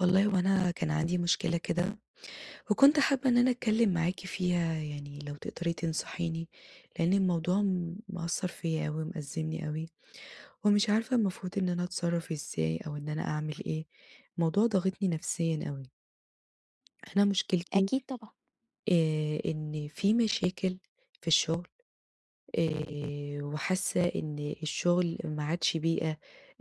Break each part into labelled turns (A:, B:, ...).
A: والله هو أنا كان عندي مشكلة كده، وكنت حابة إن أنا أتكلم معاكِ فيها يعني لو تقدري تنصحيني، لأن الموضوع مأثّر فيّا أوي، مأزّمني أوي، ومش عارفة المفروض إن أنا أتصرّف إزاي أو إن أنا أعمل إيه، الموضوع ضاغطني نفسيًا أوي. أنا مشكلتي
B: أكيد طبعًا،
A: إن في مشاكل في الشغل، وحاسة إن الشغل ما عادش بيئة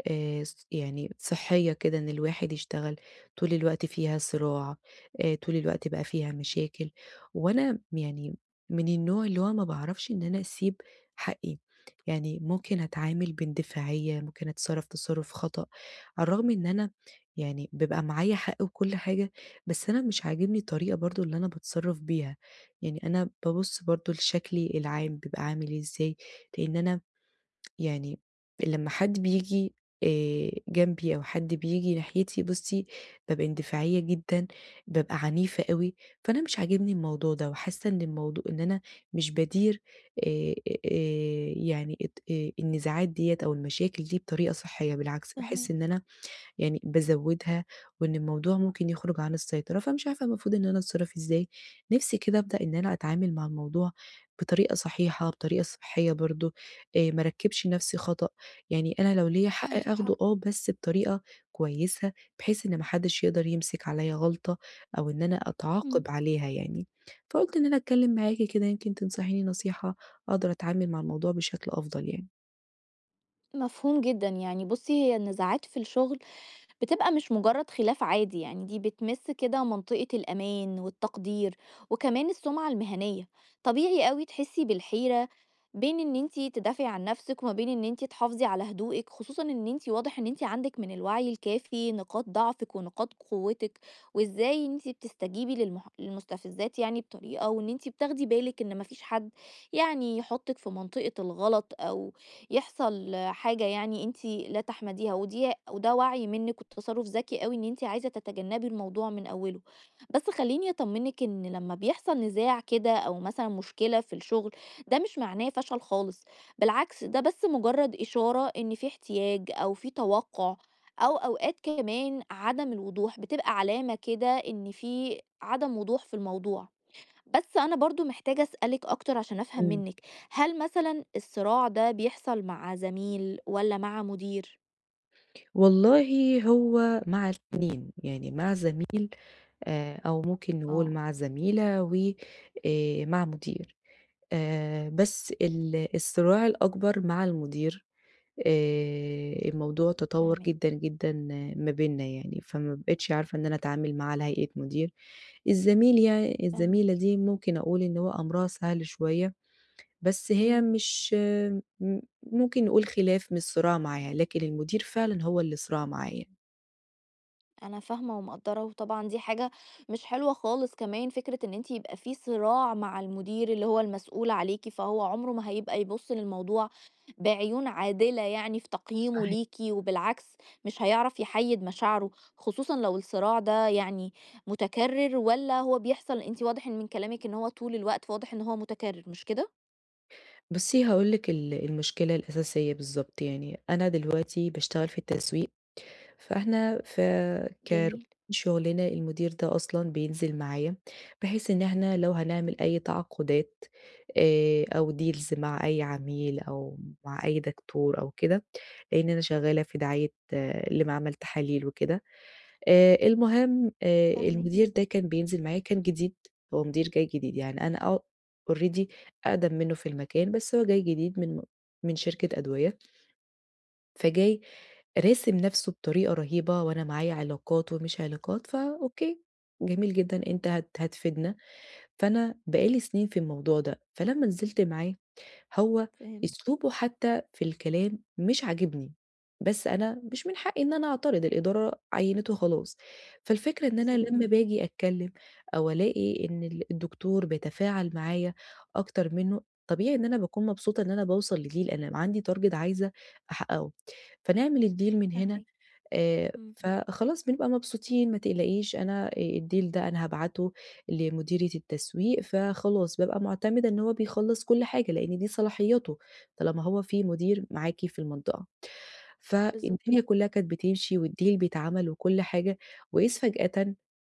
A: ص يعني صحية كده إن الواحد يشتغل، طول الوقت فيها صراع، طول الوقت بقى فيها مشاكل، وأنا يعني من النوع اللي هو ما باعرفش إن أنا أسيب حقي، يعني ممكن أتعامل باندفاعية، ممكن أتصرف تصرف خطأ، على الرغم إن أنا يعني بيبقى معايا حق وكل حاجة، بس أنا مش عاجبني الطريقة برضه اللي أنا باتصرف بيها. يعني أنا بابُص برضه لشكلي العام بيبقى عامل إيه إزاي، لإن أنا يعني لمّا حد بييجي جنبي أو حد بييجي ناحيتي بُصّي، بابقى اندفاعية جدًا، بابقى عنيفة أوي، فأنا مش عاجبني الموضوع ده وحاسة إن الموضوع إن أنا مش بادير، آآ يعني الت النزاعات ديّة أو المشاكل دي بطريقة صحية، بالعكس
B: فاهماك.
A: باحس إن أنا يعني بازوّدها، وإن الموضوع ممكن يخرج عن السيطرة، فمش عارفة المفروض إن أنا أتصرّف إزاي. نِفْسي كده أبدأ إن أنا أتعامل مع الموضوع بطريقة صحيحة، بطريقة صحّية برضه، ما أركّبش نَفْسي خطأ، يعني أنا لو ليّا حق
B: عندِك
A: آخده
B: حق،
A: آه، بس بطريقة كويسة، بحيث إن ما حدّش يقدر يمسك عليّا غلطة أو إن أنا
B: إمم.
A: أتعاقب عليها يعني. فقُلت إن أنا أتكلّم معاكِ كده يمكن تنصحيني نصيحة أقدر أتعامل مع الموضوع بشكل أفضل يعني.
B: مفهوم جدًا، يعني بُصّي هي النزاعات في الشغل بتبقى مش مجرد خلاف عادي، يعني دي بتمس كده منطقة الأمان والتقدير وكمان السمعة المهنية. طبيعي قوي تحسي بالحيرة بين ان انتي تدافعي عن نفسك وما بين ان انتي تحافظي على هدوءك، خصوصا ان انتي واضح ان انتي عندك من الوعي الكافي نقاط ضعفك ونقاط قوتك وازاي انتي بتستجيبي للمستفزات، يعني بطريقة وان انتي بتاخدي بالك ان مفيش حد يعني يحطك في منطقة الغلط او يحصل حاجة يعني أنتِ لا تحمديها، ودي وده وعي منِّك وتصرُّف ذكي أوي إن أنتِ عايزة تتجنّبي الموضوع من أوله. بس خلّيني أطمّنِك إن لمّا بيحصل نزاع كده أو مثلًا مشكلة في الشغل، ده مش معناه فشل خالص، بالعكس ده بس مُجرّد إشارة إن في احتياج أو في توقُّع أو أوقات كمان عدم الوضوح، بتبقى علامة كده إن في عدم وضوح في الموضوع. بس أنا برضو محتاجة أسألِك أكتر عشان أفهم
A: إمم.
B: منِّك، هل مثلًا الصراع ده بيحصل مع زميل والّا مع مدير؟
A: والله هو مع الاتنين، يعني مع زميلي أو ممكن نقول
B: آه،
A: مع زميلة وآآ مع مدير. بس الصراع الأكبر مع المدير، الموضوع تطوّر
B: فاهماكِ،
A: جدًا، جدًا، ما بيننا يعني، فما بقيتش عارفة إن أنا أتعامل معاه على هيئة مدير. الزميلة
B: فاهماكِ،
A: دي ممكن أقول إن هو أمرها سهل شوية، بس هي
B: إمم.
A: مش ممكن نقول خلاف مش صراع معايا، لكن المدير فعلًا هو اللي صراع معايا.
B: أنا فاهمة ومقدّرة، وطبعًا دي حاجة مش حلوة خالص، كمان فكرة إن أنتِ يبقى في صراع مع المدير اللي هو المسؤول عليكِ، فهو عمره ما هيبقى يبُص للموضوع بعيون عادلة يعني في تقييمه
A: صحيح.
B: ليكِ، وبالعكس مش هيعرف يحيّد مشاعره، خصوصًا لو الصراع ده يعني متكرر والّا هو بيحصل، أنتِ واضح إن من كلامِك إن هو طول الوقت واضح إن هو متكرر، مش كده؟
A: بُصّي، هاقول لِك المشكلة الأساسية بالضبط، يعني أنا دلوقتي باشتغل في التسويق، فإحنا كروتين
B: جميل،
A: شغلنا المدير ده أصلًا بينزل معايا، بحيث إن إحنا لو هنعمل أي تعاقدات، أو deals مع أي عميل أو مع أي دكتور أو كده، لإن أنا شغالة في دعاية، لمعمل تحاليل وكده، المهم
B: فاهماكِ،
A: المدير ده كان بينزل معايا كان جديد، هو مدير جاي جديد، يعني أنا already أقدم منّه في المكان، بس هو جاي جديد من شركة أدوية، فجاي راسم نَفْسه بطريقة رهيبة وأنا معايا علاقات ومش علاقات، فأوكي، جميل جدًا، أنت هتفيدنا، فأنا بقى لي سنين في الموضوع ده، فلمّا نزلت معاه هو
B: فهمتِك،
A: أسلوبه حتى في الكلام مش عاجبني، بس أنا مش من حقي إن أنا أعترض، الإدارة عيّنته خلاص. فالفكرة إن أنا لمّا
B: بالضبط،
A: باجي أتكلّم أو ألاقي إن الدكتور بيتفاعل معايا أكتر منّه، طبيعي إن أنا باكون مبسوطة إن أنا باوصل لdeal، أنا عندي target عايزة أحققه، فنعمل الdeal من هنا،
B: فاهماكِ، إمم،
A: فخلاص بنبقى مبسوطين، ما تقلقيش أنا، الdeal ده أنا هابعته لمديرة التسويق، فخلاص بابقى مُعتمدة إن هو بيخلّص كل حاجة، لإن دي صلاحياته، طالما هو في مدير معاكِ في المنطقة.
B: بالضبط.
A: فالدنيا كلّها كانت بتمشي والdeal بيتعمل وكل حاجة، وإذ فجأةً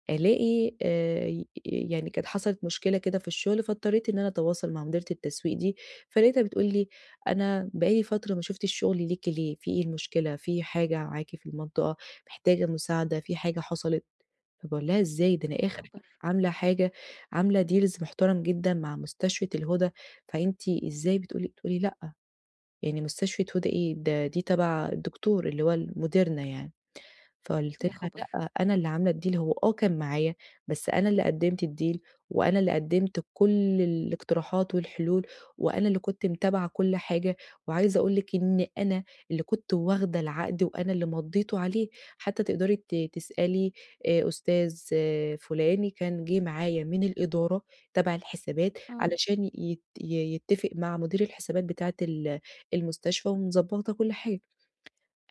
A: ألاقي، ي يعني كانت حصلت مشكلة كده في الشغل، فاضطريت إن أنا أتواصل مع مديرة التسويق دي، فلقيتها بتقول لي: "أنا بقى لي فترة ما شُفتش شغل ليكِ ليه، في إيه المشكلة، في حاجة معاكِ في المنطقة، محتاجة مساعدة، في حاجة حصلت؟" فباقول لها: "إزاي؟ ده أنا
B: يا
A: آخر
B: خبر!
A: عاملة حاجة، عاملة deals محترم جدًا مع مستشفى الهُدى، فأنتِ إزاي بتقولي؟" تقول لي: "لأ، يعني مستشفى هدى إيه، ده دي تبع الدكتور اللي هو ال موديرنا يعني." فقُلت
B: يا
A: لها:
B: خبر!
A: "لأ، أنا اللي عاملة الdeal، هو آه كان معايا، بس أنا اللي قدّمت الdeal وأنا اللي قدّمت كل الاقتراحات والحلول وأنا اللي كنت متابعة كل حاجة، وعايزة أقول لِك إن أنا اللي كنت واخدة العقد وأنا اللي مضّيته عليه، حتى تقدري تسألي، أستاذ فُلاني كان جِه معايا من الإدارة تبع الحسابات
B: آه،
A: علشان يت ي يتّفق مع مدير الحسابات بتاعة ال المستشفى ومضبّطة كل حاجة."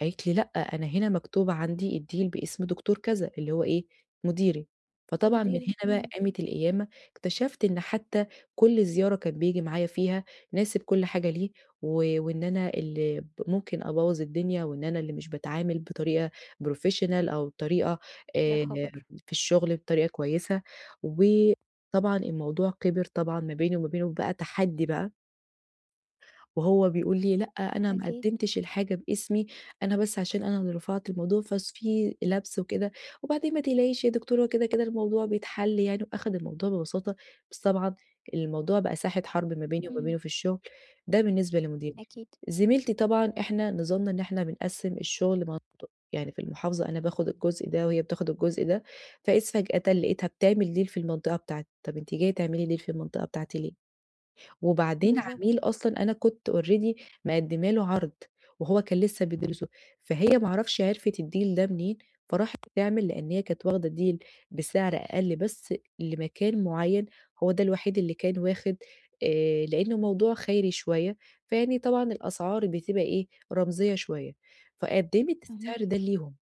A: قالت لي: "لأ، أنا هنا مكتوب عندي الDeal باسم دكتور كذا." اللي هو إيه، مديري. فطبعًا من
B: مديرِك،
A: هنا بقى
B: إمم.
A: قامت القيامة، اكتشفت إن حتى كل زيارة كان بييجي معايا فيها ناسب كل حاجة ليه، وإن أنا اللي ممكن أبوّظ الدنيا، وإن أنا اللي مش باتعامل بطريقة professional أو بطريقة،
B: يا
A: آآ
B: خبر!
A: في الشغل بطريقة كويسة. وطبعًا الموضوع كبر طبعًا ما بيني وما بينه، بقى تحدي بقى. وهو بيقول لي: "لأ، أنا ما
B: أكيد،
A: قدّمتش الحاجة باسمي، أنا بس عشان أنا اللي رفعت الموضوع، ففي لَبْس وكده، وبعدين ما تقلقيش يا دكتورة، كده كده الموضوع بيتحل يعني." وأخَد الموضوع ببساطة، بس طبعًا الموضوع بقى ساحة حرب ما بيني وما
B: إمم،
A: بينه في الشغل، ده بالنسبة لمديري.
B: أكيد،
A: زميلتي طبعًا إحنا نظامنا إن إحنا بنقسّم الشغل، يعني في المحافظة أنا باخُد الجزء ده وهي بتاخُد الجزء ده، فإذ فجأةً لقيتها بتعمل deal في المنطقة بتاعتي، طَب أنتِ جاية تعملي deal في المنطقة بتاعتي ليه؟ وبعدين عميل
B: بالضبط،
A: أصلًا أنا كنت already مقدّمة له عرض، وهو كان لسه بيدرسه، فهي ما اعرفش عرفت الdeal ده منين، فراحت تعمل، لإن هي كانت واخدة deal بسعر أقل بس لمكان معيّن، هو ده الوحيد اللي كان واخد، لإنه موضوع خيري شوية، فيعني طبعًا الأسعار بتبقى إيه، رمزية شوية، فقدّمت
B: فاهماكِ،
A: السعر ده ليهم.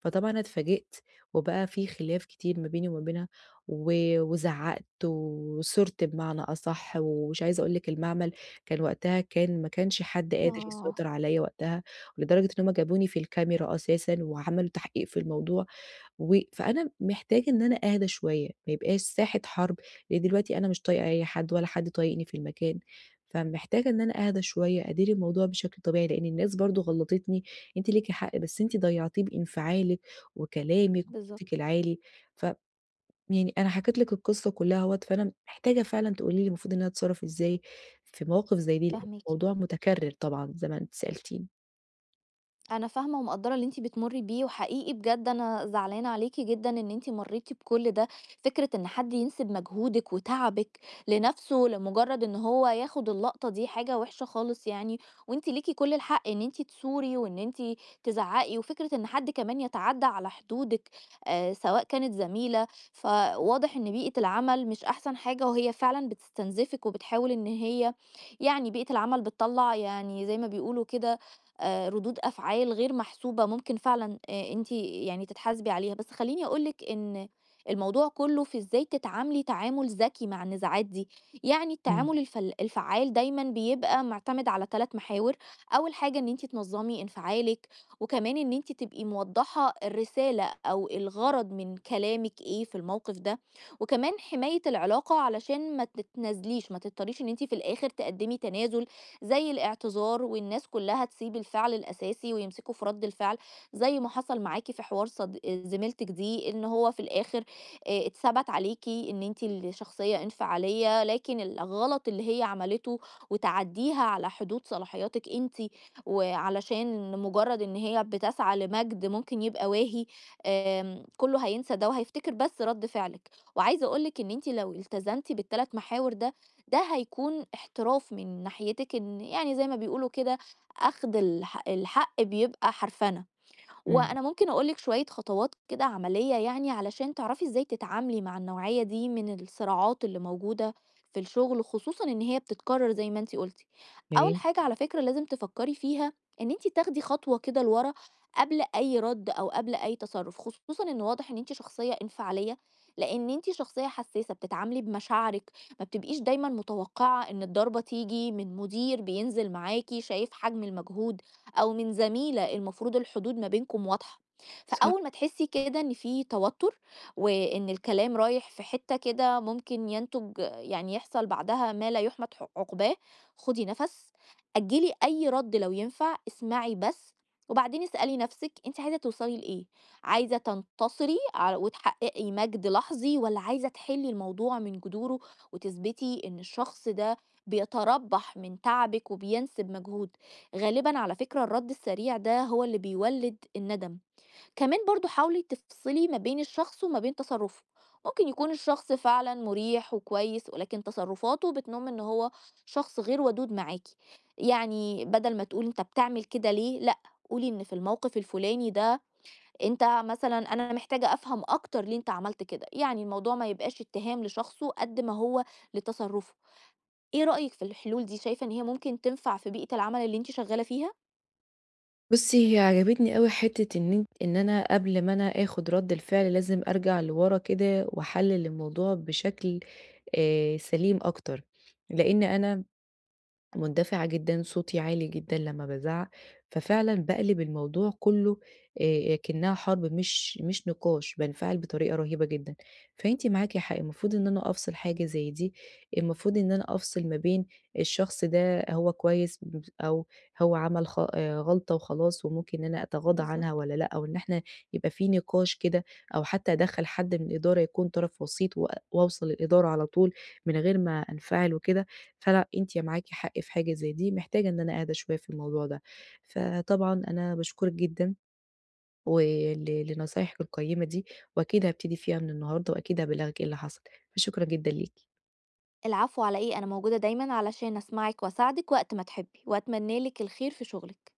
A: فطبعًا أنا اتفاجئت، وبقى في خلاف كتير ما بيني وما بينها، و وزعّقت وثُرت بمعنى أصح، ومش عايزة أقول لِك المعمل كان وقتها، كان ما كانش حد قادر
B: آه،
A: يسيطر عليَّ وقتها، لدرجة إن هُم جابوني في الكاميرا أساسًا وعملوا تحقيق في الموضوع، فأنا محتاجة إن أنا أهدى شوية، ما يبقاش ساحة حرب، لإن دلوقتي أنا مش طايقة أي حد ولا حد طايقني في المكان، فمحتاجة إن أنا أهدى شوية، أدير الموضوع بشكل طبيعي، لإن الناس برضه غلطتني، أنتِ ليكِ حق بس أنتِ ضيّعتيه بانفعالِك وكلامِك وصوتِك
B: بالضبط،
A: العالي، ف يعني أنا حكيت لِك القصة كلّها أهوّة، فأنا محتاجة فعلًا تقولي لي المفروض إن أنا أتصرّف إزاي في مواقف زي دي، لإن
B: فاهماكِ.
A: الموضوع متكرر طبعًا زي ما أنتِ سألتيني.
B: أنا فاهمة ومقدّرة اللي أنتِ بتمُرّي بيه، وحقيقي بجد أنا زعلانة عليكِ جدًا إن أنتِ مرّيتِ بكل ده، فكرة إن حد ينسب مجهودِك وتعبِك لنَفْسه لمُجرّد إن هو ياخُد اللقطة دي حاجة وِحشة خالص يعني، وأنتِ ليكِ كل الحق إن أنتِ تثوري وإن أنتِ تزعّقي، وفكرة إن حد كمان يتعدّى على حدودِك سواء كانت زميلة، فواضح إن بيئة العمل مش أحسن حاجة وهي فعلًا بتستنزفِك وبتحاول إن هي يعني بيئة العمل بتطلّع يعني زي ما بيقولوا كده ردود أفعال غير محسوبة ممكن فعلًا أنتِ يعني تتحاسبي عليها، بس خلّيني أقول لِك إن الموضوع كُلّه في إزاي تتعاملي تعامل ذكي مع النزاعات دي، يعني
A: إمم،
B: التعامل الفعّال دايمًا بيبقى معتمد على 3 محاور، أول حاجة إن أنتِ تنظّمي انفعالِك، وكمان إن أنتِ تبقي موضّحة الرسالة أو الغرض من كلامِك إيه في الموقف ده، وكمان حماية العلاقة علشان ما تتنازليش، ما تضطريش إن أنتِ في الآخر تقدّمي تنازل زي الاعتذار والناس كلها تسيب الفعل الأساسي ويمسكوا في رد الفعل زي ما حصل معاكي في حوار زميلتك دي إن هو في الآخر آه، اتثبت عليكي إن انتي الشخصية انفعالية، لكن الغلط اللي هي عملته وتعديها على حدود صلاحياتك انتي وعلشان مجرد إن هي بتسعى لمجد ممكن يبقى واهي، آم، كله هينسى ده وهيفتكر بس رد فعلك. وعايزه اقولك ان انت لو التزمتي بالـ 3 محاور ده، ده هيكون احتراف من ناحيتِك، إن يعني زي ما بيقولوا كده أخْد الحق بيبقى حرفَنة.
A: إمم.
B: وأنا ممكن أقول لِك شوية خطوات كده عملية، يعني علشان تعرفي إزاي تتعاملي مع النوعية دي من الصراعات اللي موجودة في الشغل، خصوصًا إن هي بتتكرر زي ما أنتِ قلتِ.
A: يا
B: أول
A: ريت.
B: حاجة على فكرة لازم تفكري فيها إن أنتِ تاخدي خطوة كده لورا قبل أي رد أو قبل أي تصرُّف، خصوصًا إن واضح إن أنتِ شخصية انفعالية، لإن أنتِ شخصية حسّاسة بتتعاملي بمشاعرِك، ما بتبقيش دايمًا متوقعة إن الضربة تيجي من مدير بينزل معاكِ شايف حجم المجهود أو من زميلة المفروض الحدود ما بينكم واضحة.
A: صح.
B: فأول ما تحسي كده إن في توتر وإن الكلام رايح في حتة كده ممكن ينتج يعني يحصل بعدها ما لا يحمد عقباه، خدي نفس، أجلي أي رد لو ينفع، اسمعي بس وبعدين اسألي نفسك انت عايزة توصلي لإيه؟ عايزة وتحققي مجد لحظي ولا عايزة تحلي الموضوع من جذوره وتثبتي إن الشخص ده بيتربح من تعبك وبينسب مجهوده؟ غالبًا على فكرة الرد السريع ده هو اللي بيولد الندم، كمان برضه حاولي تفصلي ما بين الشخص وما بين تصرفه، ممكن يكون الشخص فعلًا مريح وكويس ولكن تصرفاته بتنم إن هو شخص غير ودود معاكِ، يعني بدل ما تقولي أنت بتعمل كده ليه، لأ، قولي إن في الموقف الفلاني ده أنت مثلًا، أنا محتاجة أفهم أكتر ليه أنت عملت كده، يعني الموضوع ما يبقاش اتهام لشخصه قد ما هو لتصرفه، إيه رأيِك في الحلول دي؟ شايفة إن هي ممكن تنفع في بيئة العمل اللي أنتِ شغالة فيها؟
A: بُصّي، هي عجبتني أوي حتّة إن أن إن أنا قبل ما أنا آخُد رَد الفعل لازم أرجع لورا كده وأحلِّل الموضوع بشكل سليم أكتر، لإن أنا مندفعة جدًا، صوتي عالي جدًا لمّا بازعّق، ففعلًا باقلب الموضوع كلّه، أكنّها حرب، مش نقاش، بانفعل بطريقة رهيبة جدًا. فأنتِ معاكِ حق، المفروض إن أنا أفصل حاجة زي دي، المفروض إن أنا أفصل ما بين الشخص ده، هو كويس أو هو عمل، خ غلطة وخلاص وممكن إن أنا أتغاضى عنها
B: بالضبط.
A: والّا لأ، أو إن إحنا يبقى في نقاش كده أو حتّى أدخّل حد من الإدارة يكون طرف وسيط وأوصل للإدارة على طول من غير ما أنفعل وكده. فلأ، أنتِ معاكِ حق في حاجة زي دي، محتاجة إن أنا أهدى شوية في الموضوع ده. فطبعًا أنا باشكرِك جدًا ول لنصايحِك القيّمة دي، وأكيد هابتدي فيها من النهارده وأكيد هابلّغِك إيه اللي حصل، فشكرًا جدًا ليكِ.
B: العفو على إيه، أنا موجودة دايمًا علشان أسمعِك وأساعدِك وقت ما تحبي، وأتمنى لِك الخير في شغلِك.